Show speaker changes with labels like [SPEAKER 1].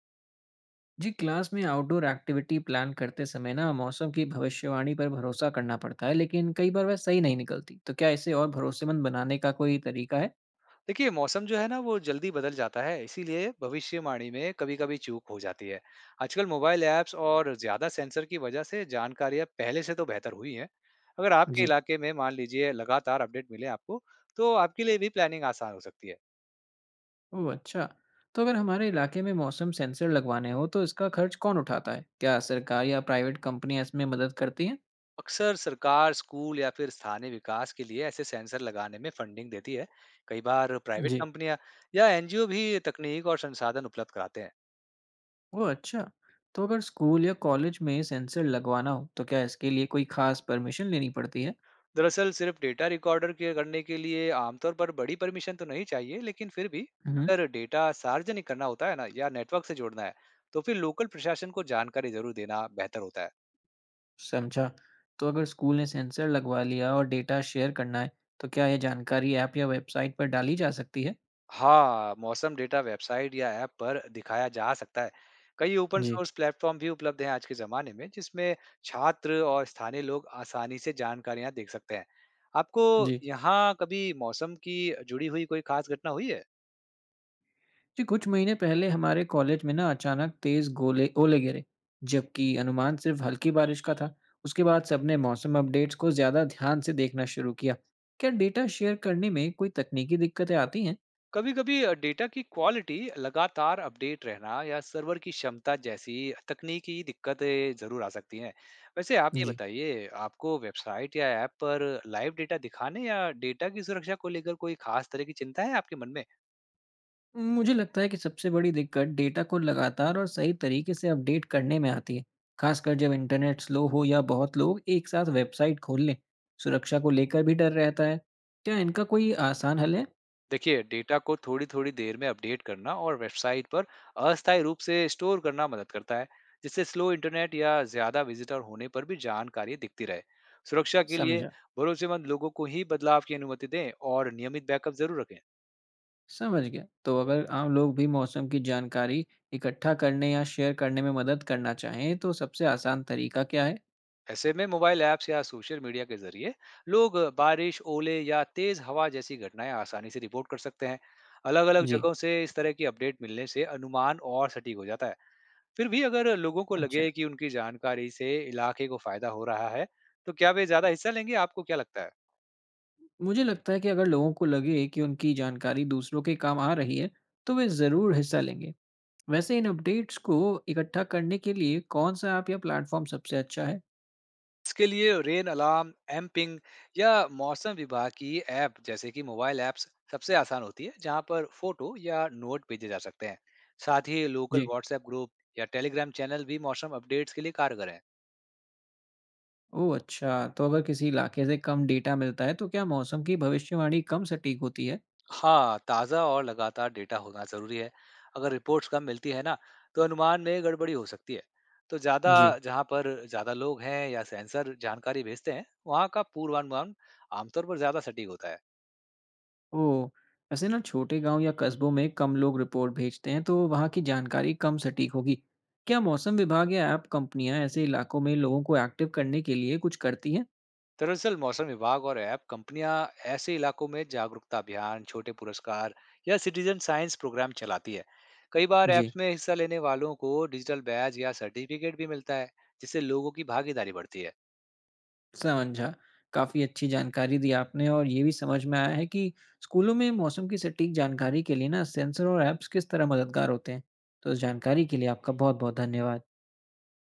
[SPEAKER 1] जी, class में outdoor activity plan करते समय ना मौसम की भविष्यवाणी पर भरोसा करना पड़ता है। लेकिन कई बार वह सही नहीं निकलती, तो क्या इसे और भरोसेमंद बनाने का कोई तरीका है?
[SPEAKER 2] देखिए, मौसम जो है ना वो जल्दी बदल जाता है, इसीलिए भविष्यवाणी में कभी कभी चूक हो जाती है। आजकल मोबाइल ऐप्स और ज्यादा सेंसर की वजह से जानकारियां पहले से तो बेहतर हुई हैं। अगर आपके
[SPEAKER 1] जी।
[SPEAKER 2] इलाके में मान लीजिए लगातार अपडेट मिले आपको, तो आपके लिए भी प्लानिंग आसान हो सकती है।
[SPEAKER 1] ओह अच्छा। तो अगर हमारे इलाके में मौसम सेंसर लगवाने हो तो इसका खर्च कौन उठाता है? क्या सरकार या प्राइवेट कंपनियां इसमें मदद करती हैं?
[SPEAKER 2] अक्सर सरकार स्कूल या फिर स्थानीय विकास के लिए ऐसे सेंसर लगाने में फंडिंग देती है। कई बार प्राइवेट
[SPEAKER 1] जी।
[SPEAKER 2] कंपनियां या एनजीओ भी तकनीक और संसाधन उपलब्ध कराते हैं।
[SPEAKER 1] ओह अच्छा। तो अगर स्कूल या कॉलेज में सेंसर लगवाना हो तो क्या इसके लिए कोई खास परमिशन लेनी पड़ती
[SPEAKER 2] दरअसल सिर्फ डेटा रिकॉर्डर के करने के लिए आमतौर पर बड़ी परमिशन तो नहीं चाहिए, लेकिन फिर भी
[SPEAKER 1] है?
[SPEAKER 2] अगर डेटा सार्वजनिक करना होता है ना, या नेटवर्क से जोड़ना है, तो फिर लोकल प्रशासन को जानकारी जरूर देना बेहतर होता है।
[SPEAKER 1] समझा। तो अगर स्कूल ने सेंसर लगवा लिया और डेटा शेयर करना है, तो क्या यह जानकारी ऐप या वेबसाइट पर डाली जा सकती है?
[SPEAKER 2] हाँ, मौसम डेटा वेबसाइट या ऐप पर दिखाया जा सकता है। कई ओपन
[SPEAKER 1] जी।
[SPEAKER 2] सोर्स प्लेटफॉर्म भी उपलब्ध हैं आज के जमाने में, जिसमें छात्र और स्थानीय लोग आसानी से जानकारियां देख सकते हैं। आपको
[SPEAKER 1] जी।
[SPEAKER 2] यहाँ कभी मौसम की जुड़ी हुई कोई खास घटना हुई है?
[SPEAKER 1] जी, कुछ महीने पहले हमारे कॉलेज में ना अचानक तेज़ गोले ओले गिरे, जबकि अनुमान सिर्फ हल्की बारिश का था। उसके बाद सबने मौसम अपडेट्स को ज़्यादा ध्यान से देखना शुरू किया। क्या डेटा शेयर करने में कोई तकनीकी दिक्कतें आती हैं?
[SPEAKER 2] कभी कभी डेटा की क्वालिटी, लगातार अपडेट रहना या सर्वर की क्षमता जैसी तकनीकी दिक्कतें जरूर आ सकती हैं। वैसे आप ये
[SPEAKER 1] जी।
[SPEAKER 2] बताइए, आपको वेबसाइट या ऐप पर लाइव डेटा दिखाने या डेटा की सुरक्षा को लेकर कोई खास तरह की चिंता है आपके मन में?
[SPEAKER 1] मुझे लगता है कि सबसे बड़ी दिक्कत डेटा को लगातार और सही तरीके से अपडेट करने में आती है, खासकर जब इंटरनेट स्लो हो या बहुत लोग एक साथ वेबसाइट खोल लें। सुरक्षा को लेकर भी डर रहता है। क्या इनका कोई आसान हल है?
[SPEAKER 2] देखिए, डेटा को थोड़ी थोड़ी देर में अपडेट करना और वेबसाइट पर अस्थायी रूप से स्टोर करना मदद करता है, जिससे स्लो इंटरनेट या ज्यादा विजिटर होने पर भी जानकारी दिखती रहे। सुरक्षा के लिए
[SPEAKER 1] समझा।
[SPEAKER 2] भरोसेमंद लोगों को ही बदलाव की अनुमति दें और नियमित बैकअप जरूर रखें।
[SPEAKER 1] समझ गया। तो अगर आम लोग भी मौसम की जानकारी इकट्ठा करने या शेयर करने में मदद करना चाहें, तो सबसे आसान तरीका क्या है?
[SPEAKER 2] ऐसे में मोबाइल ऐप्स या सोशल मीडिया के जरिए लोग बारिश, ओले या तेज हवा जैसी घटनाएं आसानी से रिपोर्ट कर सकते हैं। अलग अलग
[SPEAKER 1] जी।
[SPEAKER 2] जगहों से इस तरह की अपडेट मिलने से अनुमान और सटीक हो जाता है। फिर भी अगर लोगों को
[SPEAKER 1] अच्छा।
[SPEAKER 2] लगे कि उनकी जानकारी से इलाके को फायदा हो रहा है, तो क्या वे ज्यादा हिस्सा लेंगे? आपको क्या लगता है?
[SPEAKER 1] मुझे लगता है कि अगर लोगों को लगे कि उनकी जानकारी दूसरों के काम आ रही है, तो वे ज़रूर हिस्सा लेंगे। वैसे इन अपडेट्स को इकट्ठा करने के लिए कौन सा ऐप या प्लेटफॉर्म सबसे अच्छा है?
[SPEAKER 2] इसके लिए रेन अलार्म, एमपिंग या मौसम विभाग की ऐप जैसे कि मोबाइल ऐप्स सबसे आसान होती है, जहां पर फोटो या नोट भेजे जा सकते हैं। साथ ही लोकल
[SPEAKER 1] जी।
[SPEAKER 2] व्हाट्सएप ग्रुप या टेलीग्राम चैनल भी मौसम अपडेट्स के लिए कारगर है।
[SPEAKER 1] ओह अच्छा, तो अगर किसी इलाके से कम डेटा मिलता है तो क्या मौसम की भविष्यवाणी कम सटीक होती है?
[SPEAKER 2] हाँ, ताज़ा और लगातार डेटा होना ज़रूरी है। अगर रिपोर्ट्स कम मिलती है ना, तो अनुमान में गड़बड़ी हो सकती है। तो ज़्यादा
[SPEAKER 1] जी।
[SPEAKER 2] जहाँ पर ज़्यादा लोग हैं या सेंसर जानकारी भेजते हैं, वहाँ का पूर्वानुमान आमतौर पर ज़्यादा सटीक होता है।
[SPEAKER 1] ओह, वैसे ना छोटे गांव या कस्बों में कम लोग रिपोर्ट भेजते हैं, तो वहाँ की जानकारी कम सटीक होगी। क्या मौसम विभाग या ऐप कंपनियां ऐसे इलाकों में लोगों को एक्टिव करने के लिए कुछ करती हैं?
[SPEAKER 2] दरअसल मौसम विभाग और ऐप कंपनियां ऐसे इलाकों में जागरूकता अभियान, छोटे पुरस्कार या सिटीजन साइंस प्रोग्राम चलाती है। कई बार
[SPEAKER 1] जी।
[SPEAKER 2] ऐप्स में हिस्सा लेने वालों को डिजिटल बैज या सर्टिफिकेट भी मिलता है, जिससे लोगों की भागीदारी बढ़ती है।
[SPEAKER 1] समझा। काफ़ी अच्छी जानकारी दी आपने और ये भी समझ में आया है कि स्कूलों में मौसम की सटीक जानकारी के लिए ना सेंसर और ऐप्स किस तरह मददगार होते हैं। तो इस जानकारी के लिए आपका बहुत-बहुत धन्यवाद।